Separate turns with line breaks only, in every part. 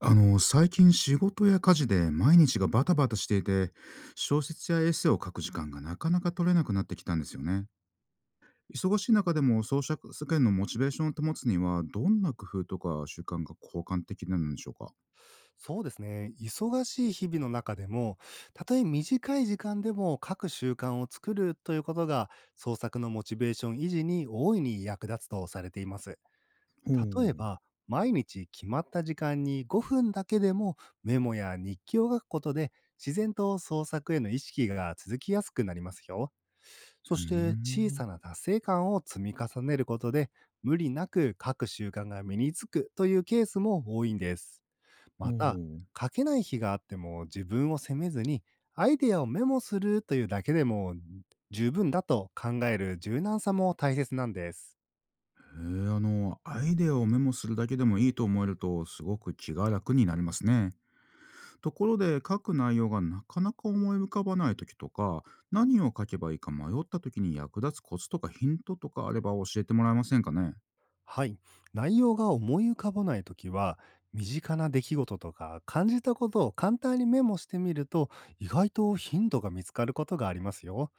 最近仕事や家事で毎日がバタバタしていて、小説やエッセイを書く時間がなかなか取れなくなってきたんですよね。忙しい中でも創作世間のモチベーションを保つには、どんな工夫とか習慣が効果的なんでしょうか？
そうですね。忙しい日々の中でも、たとえ短い時間でも書く習慣を作るということが、創作のモチベーション維持に大いに役立つとされています。
ほう。ふ
例え
ー
ば、毎日決まった時間に5分だけでもメモや日記を書くことで、自然と創作への意識が続きやすくなりますよ。そして小さ
ん。
な達成感を積み重ねることで、無理なく書く習慣が身につくというケースも多いんです。ま
ほ
た、書けない日があっても自分を責めずに、アイデアをメモするというだけでも十分だと考える柔軟さも大切なんです。
う。へえ、アイデアをメモするだけでもいいと思えると、すごく気が楽になりますね。ところで書く内容がなかなか思い浮かばない時とか、何を書けばいいか迷った時に役立つコツとかヒントとかあれば教えてもらえませんかね？
はい。内容が思い浮かばないときは、身近な出来事とか感じたことを簡単にメモしてみると、意外とヒントが見つかることがありますよ。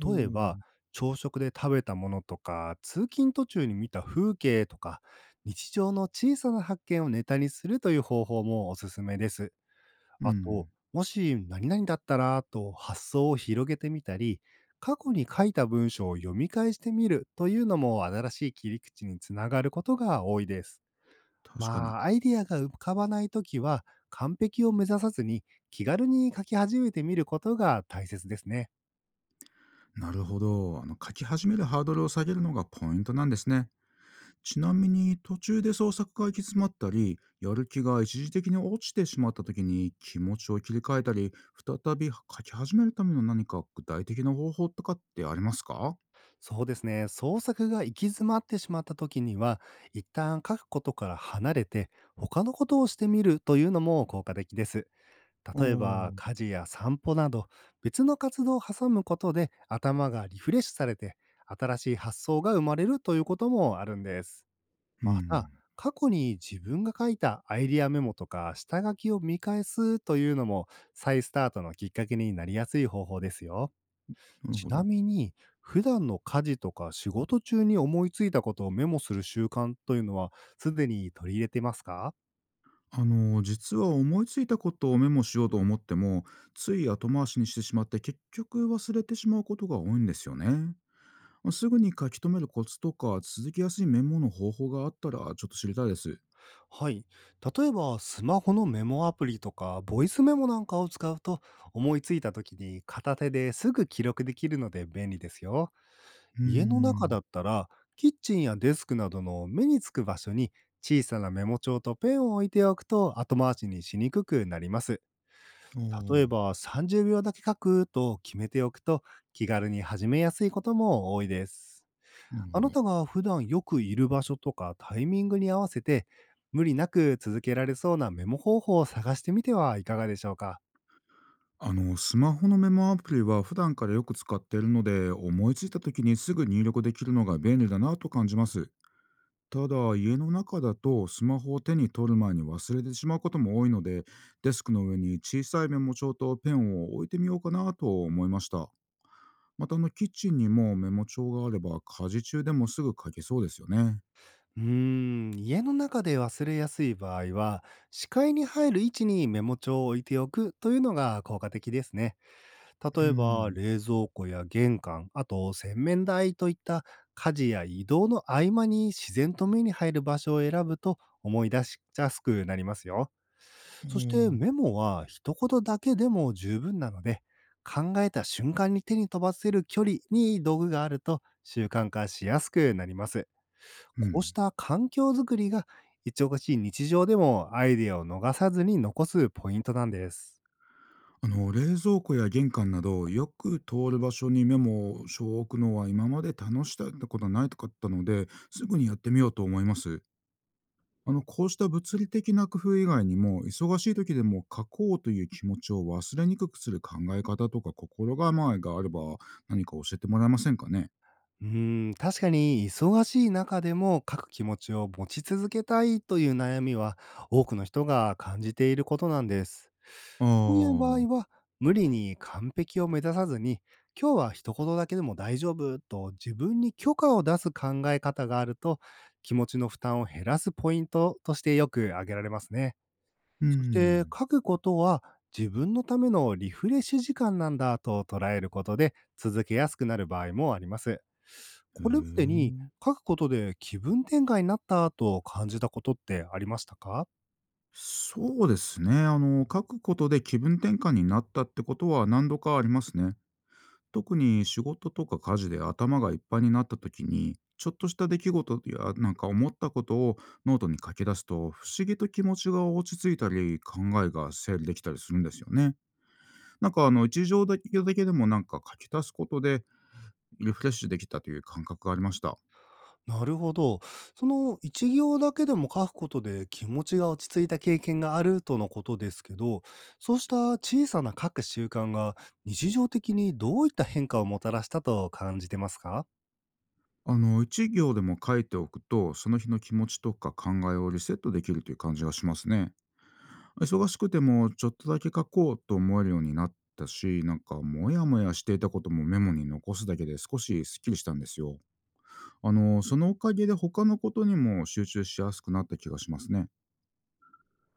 ほ
例えば、
う。
朝食で食べたものとか、通勤途中に見た風景とか、日常の小さな発見をネタにするという方法もおすすめです。
う
あと、
ん。
もし何々だったらと発想を広げてみたり、過去に書いた文章を読み返してみるというのも新しい切り口につながることが多いです。
確かに。
まあ、アイディアが浮かばないときは、完璧を目指さずに気軽に書き始めてみることが大切ですね。
なるほど。書き始めるハードルを下げるのがポイントなんですね。ちなみに途中で創作が行き詰まったりやる気が一時的に落ちてしまった時に気持ちを切り替えたり、再び書き始めるための何か具体的な方法とかってありますか？
そうですね。創作が行き詰まってしまったときには、一旦書くことから離れて、他のことをしてみるというのも効果的です。
ああ。う
例えば
ん。
家事や散歩など別の活動を挟むことで頭がリフレッシュされて新しい発想が生まれるということもあるんです。また過去に自分が書いたアイディアメモとか下書きを見返すというのも再スタートのきっかけになりやすい方法ですよ。
なる
ち
ほ
な
ど。
みに普段の家事とか仕事中に思いついたことをメモする習慣というのはすでに取り入れてますか？
実は思いついたことをメモしようと思っても、つい後回しにしてしまって結局忘れてしまうことが多いんですよね。すぐに書き留めるコツとか続きやすいメモの方法があったらちょっと知りたいです。
はい。例えば、スマホのメモアプリとか、ボイスメモなんかを使うと、思いついた時に片手ですぐ記録できるので便利ですよ。
うー
家の中
ん。
だったら、キッチンやデスクなどの目につく場所に小さなメモ帳とペンを置いておくと後回しにしにくくなります。
ああ、
例えば、30秒だけ書くと決めておくと気軽に始めやすいことも多いです。
なる
あ
ほ
なた
ど。
が普段よくいる場所とかタイミングに合わせて、無理なく続けられそうなメモ方法を探してみてはいかがでしょうか。
スマホのメモアプリは普段からよく使っているので、思いついた時にすぐ入力できるのが便利だなと感じます。ただ、家の中だとスマホを手に取る前に忘れてしまうことも多いので、デスクの上に小さいメモ帳とペンを置いてみようかなと思いました。またキッチンにもメモ帳があれば家事中でもすぐ書けそうですよね。
うーん、家の中で忘れやすい場合は、視界に入る位置にメモ帳を置いておくというのが効果的ですね。例
う
えば、
ん。
冷蔵庫や玄関、あと洗面台といった家事や移動の合間に自然と目に入る場所を選ぶと思い出しやすくなりますよ。
あ
そして
ー。
メモは一言だけでも十分なので、考えた瞬間に手に飛ばせる距離に道具があると習慣化しやすくなります。
う
こうし
ん。
た環境づくりが、一応しい日常でもアイデアを逃さずに残すポイントなんです。
冷蔵庫や玄関などよく通る場所にメモを書を置くのは今まで楽しかったことないとかったので、すぐにやってみようと思います。こうした物理的な工夫以外にも、忙しい時でも書こうという気持ちを忘れにくくする考え方とか心構えがあれば、何か教えてもらえませんかね？
うーん、確かに忙しい中でも書く気持ちを持ち続けたいという悩みは多くの人が感じていることなんです。
あ
そういう場合
あ。
は無理に完璧を目指さずに今日は一言だけでも大丈夫と自分に許可を出す考え方があると気持ちの負担を減らすポイントとしてよく挙げられますね。
う
そして、
ん。
書くことは自分のためのリフレッシュ時間なんだと捉えることで続けやすくなる場合もあります。
へ
これまでに
え。
書くことで気分転換になったと感じたことってありましたか？
そうですね。書くことで気分転換になったってことは何度かありますね。特に仕事とか家事で頭がいっぱいになった時に、ちょっとした出来事やなんか思ったことをノートに書き出すと、不思議と気持ちが落ち着いたり、考えが整理できたりするんですよね。なんか一行だけでもなんか書き足すことでリフレッシュできたという感覚がありました。
なるほど。その一行だけでも書くことで気持ちが落ち着いた経験があるとのことですけど、そうした小さな書く習慣が日常的にどういった変化をもたらしたと感じてますか？
一行でも書いておくと、その日の気持ちとか考えをリセットできるという感じがしますね。忙しくてもちょっとだけ書こうと思えるようになったし、なんかモヤモヤしていたこともメモに残すだけで少しスッキリしたんですよ。そのおかげで他のことにも集中しやすくなった気がしますね。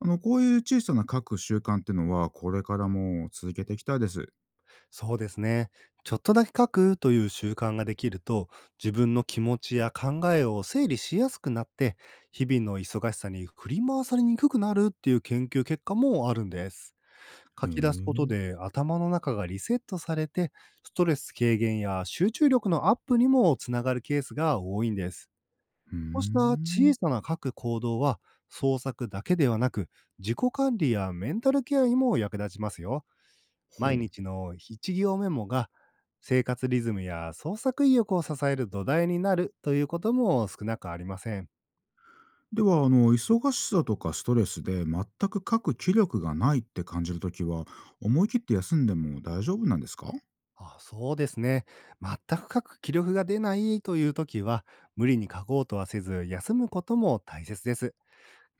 こういう小さな書く習慣っていうのはこれからも続けていきたいです。へ
そうですね。ちょっとだけ書くという習慣ができると、自分の気持ちや考えを整理しやすくなって、日々の忙しさに振り回されにくくなるっていう研究結果もあるんです。
え。う
書き出すこと
ー
で頭の中がリセットされて、ストレス軽減や集中力のアップにもつながるケースが多いんです。こうした小
ん。
さな書く行動は、創作だけではなく、自己管理やメンタルケアにも役立ちますよ。
ほ
毎
う。
日の一行メモが生活リズムや創作意欲を支える土台になるということも少なくありません。
では、忙しさとかストレスで全く書く気力がないって感じるときは、思い切って休んでも大丈夫なんですか？
あ、そうですね。全く書く気力が出ないという時は、無理に書こうとはせず、休むことも大切です。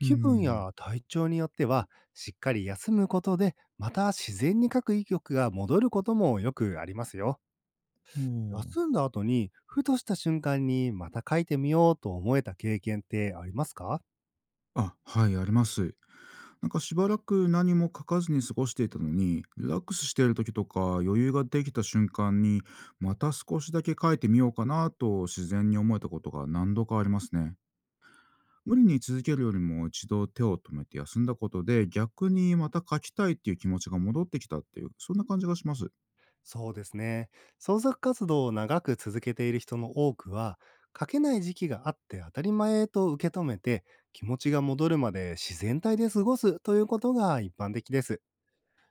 うー
分
ん。
や体調によっては、しっかり休むことで、また自然に書く意欲が戻ることもよくありますよ。
おー。
休んだ後に、ふとした瞬間にまた書いてみようと思えた経験ってありますか？
あ、はい、あります。なんかしばらく何も書かずに過ごしていたのに、リラックスしている時とか余裕ができた瞬間に、また少しだけ書いてみようかなと自然に思えたことが何度かありますね。無理に続けるよりも一度手を止めて休んだことで、逆にまた書きたいっていう気持ちが戻ってきたっていう、そんな感じがします。
そうですね。創作活動を長く続けている人の多くは、書けない時期があって当たり前と受け止めて、気持ちが戻るまで自然体で過ごすということが一般的です。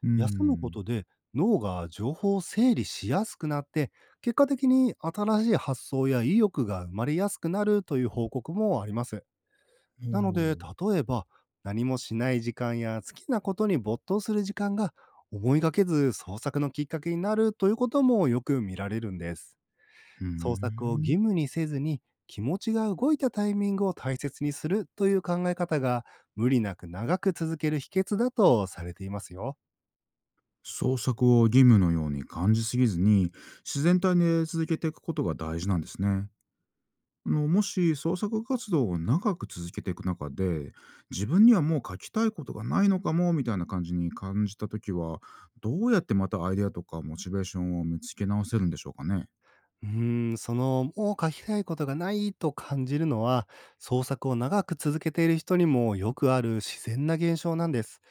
うー
休むこ
ん。
とで脳が情報を整理しやすくなって、結果的に新しい発想や意欲が生まれやすくなるという報告もあります。
ほ
なので、
う、
例えば、何もしない時間や好きなことに没頭する時間が思いがけず創作のきっかけになるということもよく見られるんです。
うー
創作を義
ん。
務にせずに気持ちが動いたタイミングを大切にするという考え方が無理なく長く続ける秘訣だとされていますよ。
創作を義務のように感じすぎずに自然体で続けていくことが大事なんですね。もし創作活動を長く続けていく中で、自分にはもう書きたいことがないのかもみたいな感じに感じた時は、どうやってまたアイデアとかモチベーションを見つけ直せるんでしょうかね？
うーん、その、もう書きたいことがないと感じるのは、創作を長く続けている人にもよくある自然な現象なんです。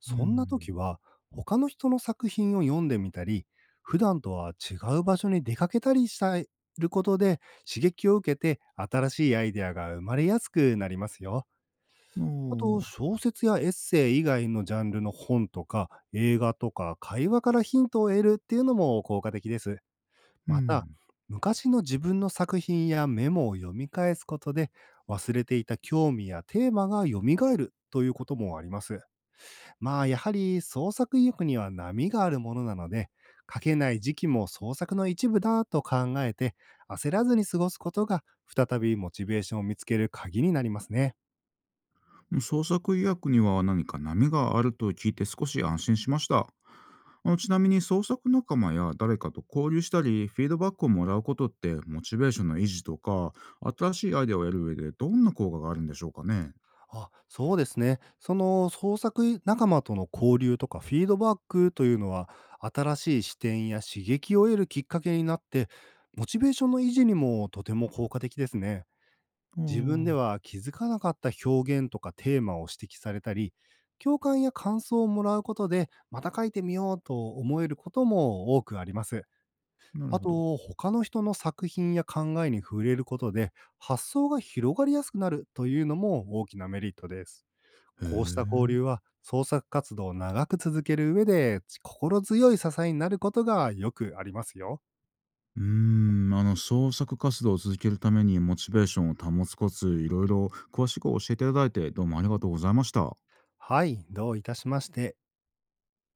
そんな時は、他の人の作品を読んでみたり、普段とは違う場所に出かけたりしたることで、刺激を受けて新しいアイデアが生まれやすくなりますよ。
うん、
あと、
も
小説やエッセイ以外のジャンルの本とか、映画とか、会話からヒントを得るっていうのも効果的です。
う、う
また、
ん。
昔の自分の作品やメモを読み返すことで、忘れていた興味やテーマが蘇るということもあります。まあ、やはり創作意欲には波があるものなので、書けない時期も創作の一部だと考えて、焦らずに過ごすことが、再びモチベーションを見つける鍵になりますね。
創作意欲には何か波があると聞いて少し安心しました。ちなみに創作仲間や誰かと交流したり、フィードバックをもらうことって、モチベーションの維持とか、新しいアイデアを得る上でどんな効果があるんでしょうかね？
あ、そうですね。その創作仲間との交流とかフィードバックというのは、新しい視点や刺激を得るきっかけになって、モチベーションの維持にもとても効果的ですね。自分で
あ
は気づかなかった表現とかテーマを指摘されたり、共感や感想をもらうことで、また書いてみようと思えることも多くあります。
あ、なる
あ
ほど。
と、他の人の作品や考えに触れることで、発想が広がりやすくなるというのも大きなメリットです。
へ
こうした交
え。
流は創作活動を長く続ける上で、心強い支えになることがよくありますよ。
うーん、創作活動を続けるためにモチベーションを保つコツ、いろいろ詳しく教えていただいて、どうもありがとうございました。
はい、どういたしまして。